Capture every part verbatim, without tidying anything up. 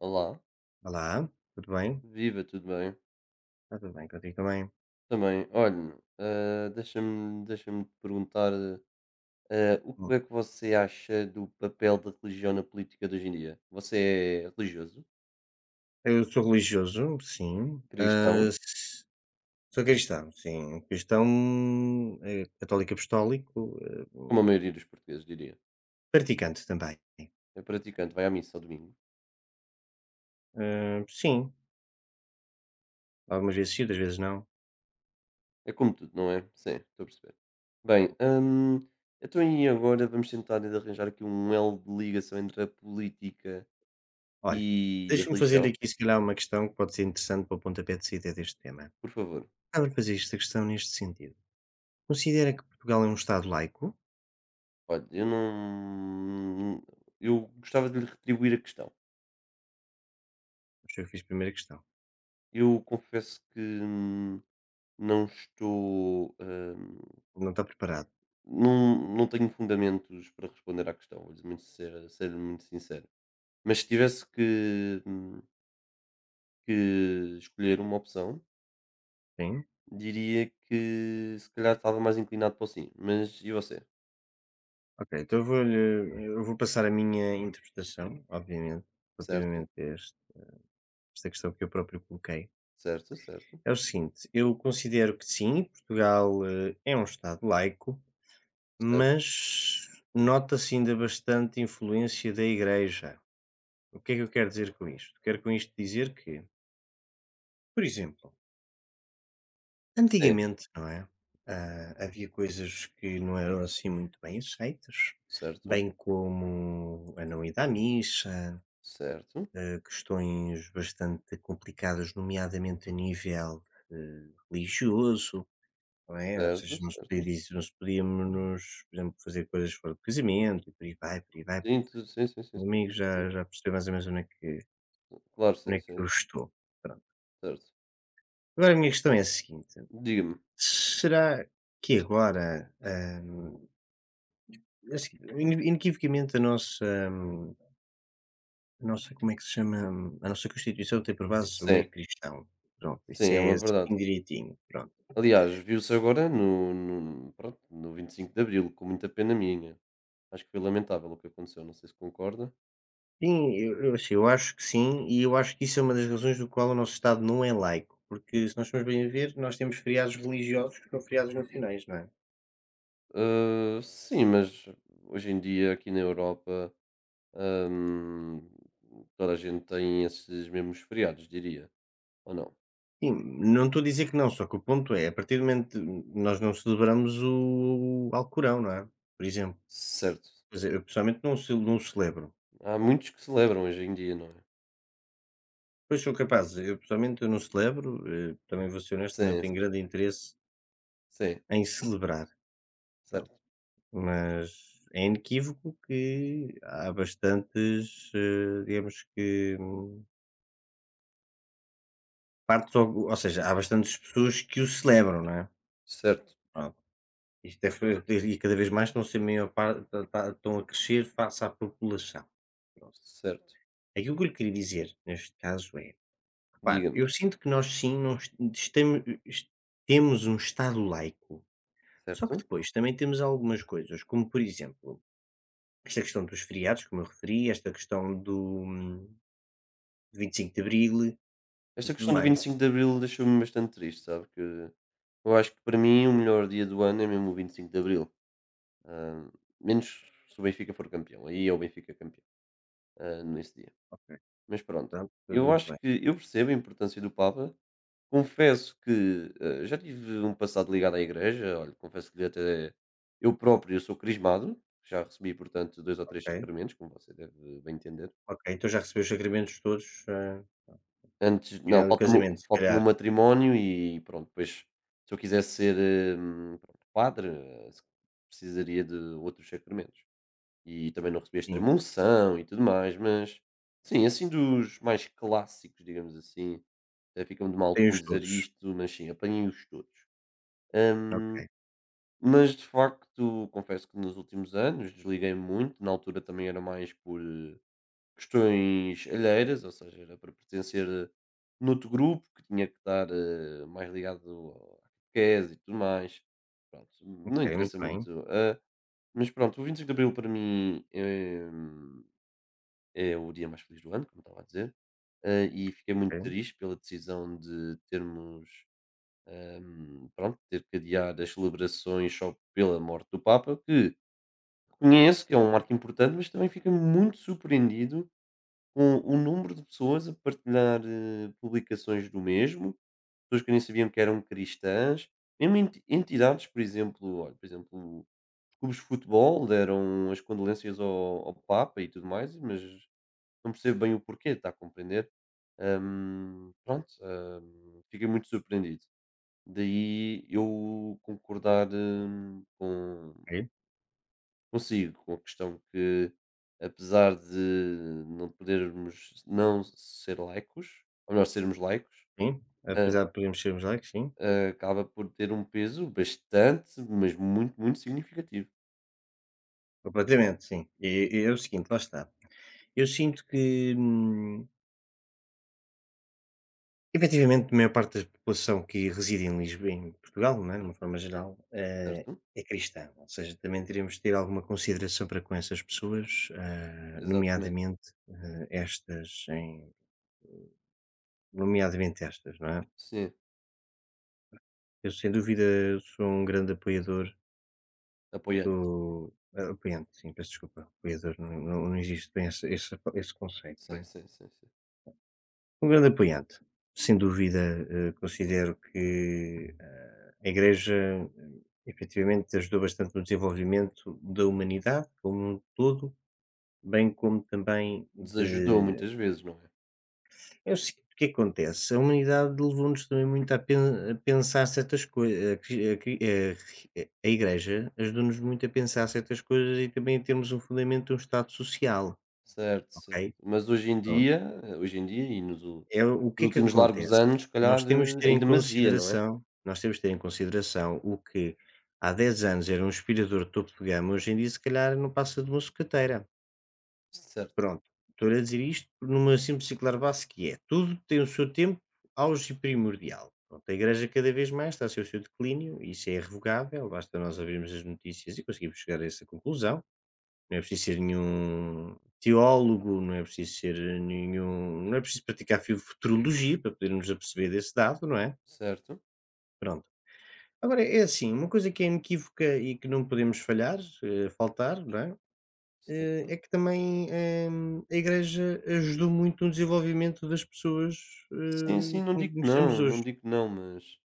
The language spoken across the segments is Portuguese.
Olá, Olá, tudo bem? viva, tudo bem? Está tudo bem contigo também? Também, olha, ah, deixa-me deixa-me te perguntar ah, o Hum. que é que você acha do papel da religião na política de hoje em dia? Você é religioso? Eu sou religioso, sim. Ah, Cristão? s- sou cristão, sim. Cristão eh, católico apostólico, eh, Como a maioria dos portugueses, diria. praticante também. É praticante, vai à missa ao domingo. Ah, sim, algumas vezes sim, outras vezes não. É como tudo, não é? Sim, estou a perceber. Bem, hum, então e agora vamos tentar arranjar aqui um elo de ligação entre a política Olha, e a deixa-me fazer-lhe religião? aqui, se calhar, uma questão que pode ser interessante para o pontapé de saída deste tema. Por favor. Estava a fazer esta questão neste sentido. Considera que Portugal é um Estado laico? Olha, eu não eu gostava de lhe retribuir a questão. Acho que eu fiz a primeira questão. Eu confesso que hum, não estou, hã, Não está preparado? não não tenho fundamentos para responder à questão, vou ser muito sincero ser muito sincero. Mas se tivesse que hum, que escolher uma opção, Sim. diria que se calhar estava mais inclinado para o sim, mas e você? Ok, então eu vou-lhe eu vou passar a minha interpretação, obviamente, Certo, relativamente a este- esta questão que eu próprio coloquei. certo, certo, É o seguinte, eu considero que sim, Portugal eh, é um Estado laico, certo, mas nota-se ainda bastante influência da Igreja. O que é que eu quero dizer com isto? Quero com isto dizer que, por exemplo, é, antigamente, não é? Ah, havia coisas que não eram assim muito bem aceitas, certo, bem como a não ida à missa, certo, questões bastante complicadas, nomeadamente a nível eh, religioso, não é? Ou seja, certo, não se podia certo. dizer, não se podíamos, por exemplo, fazer coisas fora do casamento e por aí vai, por aí vai, por Sim, aí vai. tu sim, sim, sim, O meu amigo sim, sim. já, já percebeu mais ou menos onde é que, Claro, sim, onde é que sim, eu estou. Pronto. certo. Agora a minha questão é a seguinte: Diga-me. será que agora, ahm, é assim, ine- inequivocamente, a nossa, ahm, a nossa, como é que se chama, a nossa Constituição tem por base o meio Sim, cristão. Pronto, sim, isso é é uma verdade. assim direitinho. Pronto. Aliás, viu-se agora no, no, pronto, no vinte e cinco de Abril, com muita pena minha. Acho que foi lamentável o que aconteceu, não sei se concorda. Sim, eu eu assim, eu acho que sim, e eu acho que isso é uma das razões do qual o nosso Estado não é laico, porque se nós formos bem a ver, nós temos feriados religiosos que são feriados nacionais, não é? Ah, sim, mas hoje em dia aqui na Europa hum, toda a gente tem esses mesmos feriados, diria, ou não? Sim, não estou a dizer que não, só que o ponto é, a partir do momento nós não celebramos o Alcorão, não é? Por exemplo, Certo. quer dizer, eu pessoalmente não, ce- não celebro. Há muitos que celebram hoje em dia, não é? Pois sou capaz, eu pessoalmente eu não celebro, eh, também vou ser honesto, também não Sim, tenho sim, grande interesse sim, em celebrar. certo, Mas é inequívoco que há bastantes, eh, digamos que hum, partes ou ou seja, há bastantes pessoas que o celebram, não é? certo, Pronto, isto é foi e cada vez mais estão a ser maior parte estão a crescer face à população. Pronto. certo. Aquilo que eu lhe queria dizer neste caso é, repare, Diga-me, eu sinto que nós sim, nós estemo temos um estado laico, só que certo? depois também temos algumas coisas, como por exemplo, esta questão dos feriados, como eu referi, esta questão do hum, vinte e cinco de Abril e Esta tudo questão do mais. vinte e cinco de Abril deixou-me bastante triste, sabe, que eu acho que para mim o melhor dia do ano é mesmo o vinte e cinco de Abril, hã, menos se o Benfica for campeão, aí é o Benfica campeão, hã, nesse dia. Ok, Mas pronto, pronto, tudo eu muito acho bem. que eu percebo a importância do Papa, confesso que, hã, já tive um passado ligado à igreja, olha, confesso que até eu próprio eu sou crismado, já recebi, portanto, dois ou três Ok, sacramentos, como você deve bem entender. ok. Então já recebeu os sacramentos todos, ah, Antes não, tirando o falta-me casamento, se falta-me o calhar. matrimónio e pronto, depois se eu quisesse ser, hum, pronto, padre, eh, se precisaria de outros sacramentos. E também não recebi a Sim, extrema-unção e tudo mais, mas sim, assim dos mais clássicos, digamos assim, até fica-me de mal com tem-os dizer todos. isto, mas sim, apanhei-os todos. Hum, Ok, mas de facto confesso que nos últimos anos desliguei-me muito, na altura também era mais por eh, questões alheiras, ou seja, era para pertencer eh, noutro grupo que tinha que estar eh, mais ligado ao à catequese e tudo mais. Pronto, não ok, muito interessa bem. muito. ah, mas pronto, o vinte e cinco de Abril para mim eh, é, o dia mais feliz do ano, como estava a dizer, ah, e fiquei muito Ok, triste pela decisão de termos ahm, pronto, ter que adiar as celebrações só pela morte do Papa, que reconheço que é um marco importante, mas também fiquei muito surpreendido com um número de pessoas a partilhar, eh, publicações do mesmo, pessoas que nem sabiam que eram cristãs, mesmo enti entidades, por exemplo, olha, por exemplo, os clubes de futebol deram as condolências ao ao Papa e tudo mais, mas não percebo bem o porquê, está a compreender? Hum, pronto, hum, fiquei muito surpreendido. Daí eu concordar, hum, com ok, Consigo, com a questão que, apesar de não podermos não ser laicos, ou melhor, sermos laicos, sim. hã, Apesar de podermos sermos laicos, sim. hã, acaba por ter um peso bastante, mas muito, muito significativo, Completamente, sim. E, e é o seguinte, lá está. Eu sinto que. hum, Efetivamente, a maior parte da população que reside em Lisboa, em Portugal, não é, de uma forma geral, eh, certo? é cristã, ou seja, também teríamos de ter alguma consideração para com essas pessoas, ah, Exatamente. nomeadamente, eh, estas em nomeadamente estas, não é. Sim, Eu, sem dúvida, sou um grande apoiador apoiante. do a apoiante, sim, peço desculpa, apoiador não não não existe bem esse esse esse conceito, não Sim, é? sim, sim, sim. Um grande apoiante. Sem dúvida, eh, considero que eh, a Igreja, eh, efetivamente, ajudou bastante no desenvolvimento da humanidade como um todo, bem como também Desajudou de. muitas vezes, não é? Eu o seguinte, o que acontece. A humanidade levou-nos também muito a, pen- a pensar certas coisas. A, cri- a cri- a ri- a Igreja ajudou-nos muito a pensar certas coisas e também a termos um fundamento, um estado social, Certo, certo. ok? Mas hoje em dia eh, hoje em dia e nos u É o que nos é que últimos largos acontece? anos, se calhar, Nós temos de eh, ter em em demasia, não é? consideração nós temos de ter em consideração o que há dez anos era um aspirador de topo de gama, hoje em dia se calhar não passa de uma sucateira. Certo, Pronto, estou a dizer isto numa simples e clara base que é, tudo tem o seu tempo auge e primordial. Pronto, a igreja cada vez mais está a ser o seu declínio, isso é irrevogável, basta nós abrirmos as notícias e conseguimos chegar a essa conclusão. Não é preciso ser nenhum teólogo, não é preciso ser nenhum não é preciso praticar fu futurologia para podermos aperceber desse dado, não é? certo, Pronto. Agora é assim, uma coisa que é inequívoca e que não podemos falhar, eh, faltar, não é? Eh, certo. é que também, eh, a Igreja ajudou muito no desenvolvimento das pessoas, Sim, eh, sim, não como digo que conhecemos não, hoje. não digo que não, mas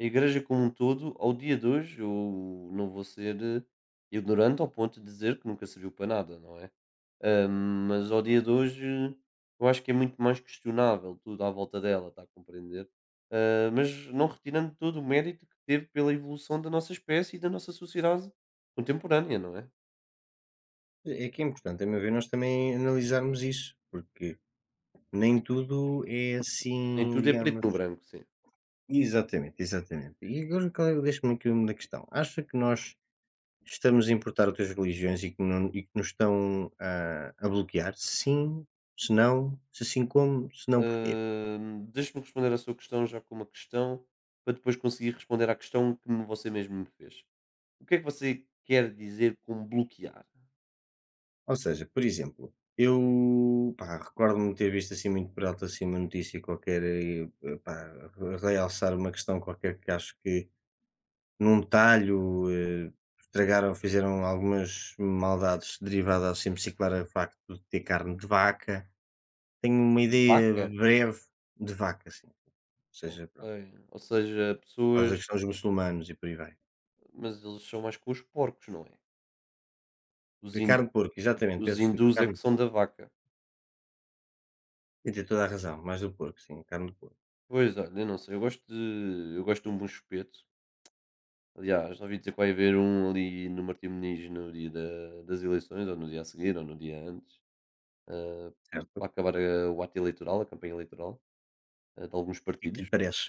a igreja como um todo, ao dia de hoje, eu não vou ser eh, ignorante ao ponto de dizer que nunca serviu para nada, não é? Ah, mas ao dia de hoje, eu acho que é muito mais questionável tudo à volta dela, está a compreender? Ah, mas não retirando todo o mérito que teve pela evolução da nossa espécie e da nossa sociedade contemporânea, não é? É que é importante, a meu ver, nós também analisarmos isso, porque nem tudo é assim, Em tudo é preto digamos. no branco, sim. Exatamente, exatamente. E agora qual é- deixa-me aqui uma questão. Acha que nós estamos a importar outras religiões e que, não, e que nos estão a, a bloquear? Sim, se não, se sim como, se não porquê? Hum, deixe-me responder à sua questão já com uma questão, para depois conseguir responder à questão que me- você mesmo me fez. O que é que você quer dizer com bloquear? Ou seja, por exemplo, eu pá, recordo-me ter visto assim muito por alto assim uma notícia qualquer, eh, pá, realçar uma questão qualquer que acho que num talho eh, estragaram, fizeram algumas maldades derivadas ao sempre ciclar a facto de ter carne de vaca. Tenho uma De ideia vaca? breve de vaca, sim. Ou Ok. seja, pronto, Ou seja, por causa da pessoas, questão dos muçulmanos e por aí vai. mas eles são mais com os porcos, não é? Os, De hin- carne de porco, exatamente, os peço desculpa, hindus é carne de que são porco. da vaca. E tem toda a razão, mais do porco, sim, carne de porco, Pois, olha, eu não sei, eu gosto de, eu gosto de um bom espeto. Aliás, ouvi dizer que vai haver um ali no Martim Moniz no dia da- das eleições, ou no dia a seguir, ou no dia antes. eh, certo. para acabar eh, o ato eleitoral, a campanha eleitoral eh, de alguns E que partidos. lhe parece?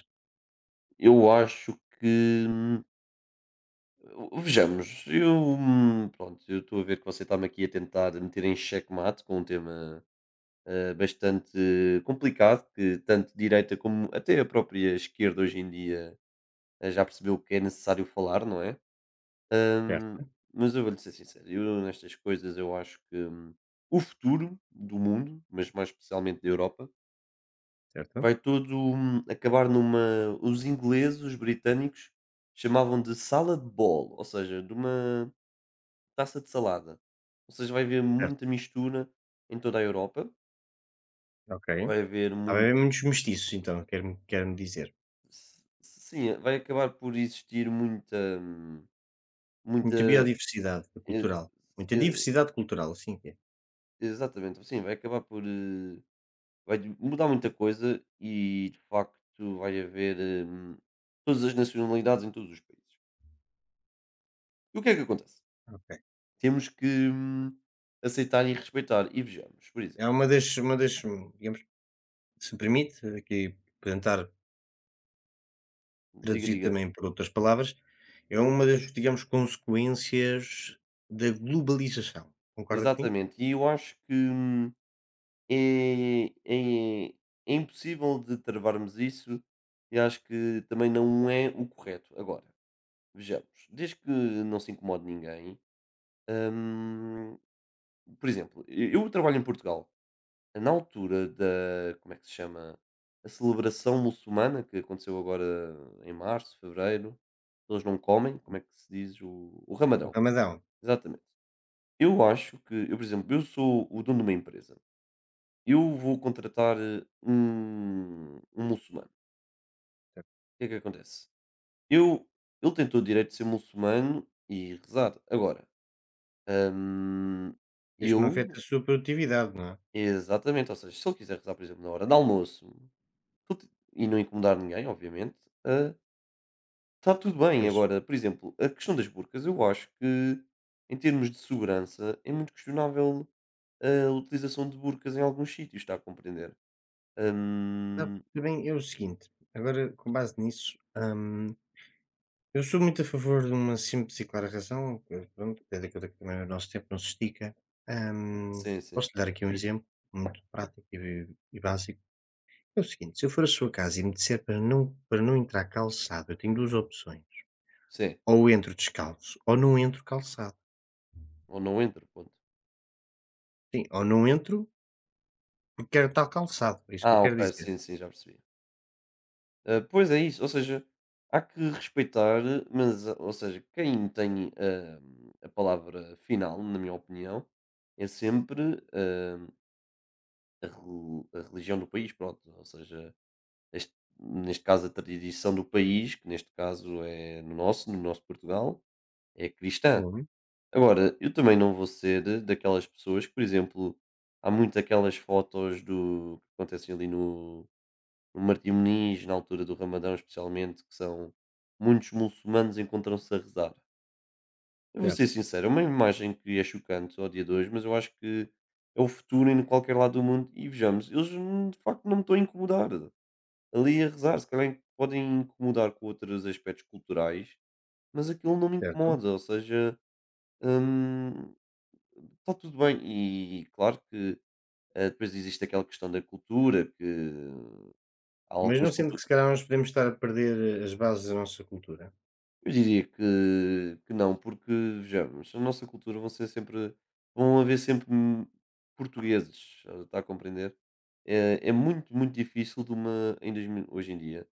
Eu acho que. Hum, Vejamos, eu. Hum, Pronto, eu estou a ver que você está-me aqui a tentar meter em xeque-mate com um tema eh, bastante complicado, que tanto direita como até a própria esquerda hoje em dia eh, já percebeu que é necessário falar, não é? Hum, Certo, mas eu vou-lhe ser sincero, eu nestas coisas eu acho que hum, o futuro do mundo, mas mais especialmente da Europa, certo, vai tudo, hum, acabar numa os ingleses, os britânicos, chamavam de salad bowl, ou seja, de uma taça de salada. Ou seja, vai haver certo, muita mistura em toda a Europa, ok. vai haver Há muito bem muitos mestiços então, quer-me quer-me dizer. s sim, vai acabar por existir muita hum, Muita muita biodiversidade e cultural, muita diversidade cultural, assim que é, e exatamente, sim, vai acabar por, eh, vai de- mudar muita coisa e de facto vai haver, hum, todas as nacionalidades em todos os países. E o que é que acontece? ok. Temos que, hum, aceitar e respeitar. E vejamos, por É exemplo uma das uma das, hum, digamos, se me permite aqui apresentar diga, traduzido diga. também por outras palavras, é uma das, digamos, consequências da globalização. Concorda comigo? Exatamente. E eu acho que, hum, é é é impossível de travarmos isso e acho que também não é o correto. Agora, vejamos, desde que não se incomode ninguém, hum, por exemplo, e eu trabalho em Portugal. Na altura da como é que se chama? A celebração muçulmana que aconteceu agora em março, fevereiro, eles não comem, como é que se diz? O o O Ramadão, ramadão. exatamente. Eu acho que eu, por exemplo, eu sou o dono de uma empresa. Eu vou contratar, eh, um um muçulmano. O que é que acontece? Eu ele tem todo o direito de ser muçulmano e rezar. Agora, hum, Desde que não afeta eu a sua produtividade, não é? exatamente, ou seja, se ele quiser rezar, por exemplo, na hora do almoço tudo e não incomodar ninguém, obviamente, ah, está tudo bem. Pois. Agora, por exemplo, a questão das burcas, eu acho que, em termos de segurança, é muito questionável eh, a utilização de burcas em alguns sítios, está a compreender? Não, Hum, também é o seguinte, agora com base nisso, hum, eu sou muito a favor de uma simples e clara razão, que, pronto, tendo em conta que também o nosso tempo não se estica. hum, sim, sim, posso dar aqui um exemplo muito prático e, e básico. É o seguinte, se eu for à sua casa e me disser para não, para não entrar calçado, eu tenho duas opções. sim. Ou entro descalço, ou não entro calçado. Ou não entra, ponto. Sim, ou não entro porque quero estar calçado, é isso que eu Ah, quero ok, sim, dizer. sim, já percebi. Ah, pois é isso, ou seja, há que respeitar, mas, ah, ou seja, quem tem ah, a palavra final, na minha opinião, é sempre eh, a reli a religião do país, pronto, ou seja, este neste caso a tradição do país, que neste caso é no nosso, no nosso Portugal, é cristã. Uhum. Agora, eu também não vou ser daquelas pessoas que, por exemplo, há muito aquelas fotos do que acontecem ali no no Martim Moniz, na altura do Ramadão especialmente, que são muitos muçulmanos encontram-se a rezar. Eu vou Certo, ser sincero, é uma imagem que é chocante ao dia de hoje, mas eu acho que é o futuro em qualquer lado do mundo. E vejamos, eles hum, de facto não me estão a incomodar. Ali a rezar, se calhar podem incomodar com outros aspectos culturais, mas aquilo não me certo. incomoda. Ou seja, hum, está tudo bem. E claro que eh, depois existe aquela questão da cultura, que há Mas não algumas sendo que culturas. se calhar nós podemos estar a perder eh, as bases da nossa cultura? Eu diria que, que, não, porque vejamos, a nossa cultura vão ser sempre, vão haver sempre hum, portugueses, eh, está a compreender? É, é muito, muito difícil de uma, em dois mil hoje em dia,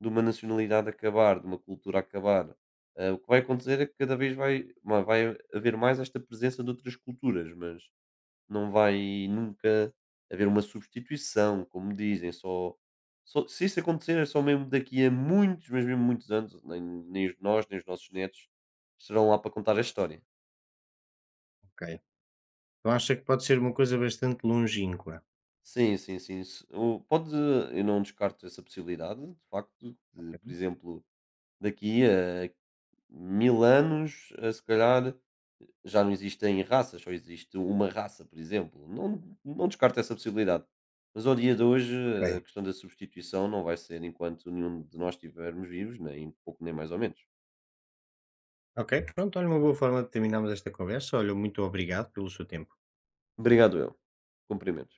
de uma nacionalidade acabar, de uma cultura acabar. Eh, o que vai acontecer é que cada vez vai, ma- vai haver mais esta presença de outras culturas, mas não vai nunca haver uma substituição, como dizem, só só se isso acontecer é só mesmo daqui a muitos, mas mesmo muitos anos, nem nem os nós, nem os nossos netos estarão lá para contar a história. Ok. Então acha que pode ser uma coisa bastante longínqua? Sim, sim, sim. se o pode eu não descarto essa possibilidade, de facto, de, por Ok. exemplo, daqui a mil anos, eh, se calhar já não existem raças, só existe uma raça, por exemplo. Não, não descarto essa possibilidade. Mas ao dia de hoje, a questão da substituição não vai ser enquanto nenhum de nós estivermos vivos, nem pouco, nem mais ou menos. Ok, pronto, olha, uma boa forma de terminarmos esta conversa. Olha, muito obrigado pelo seu tempo. Obrigado, eu. Cumprimento.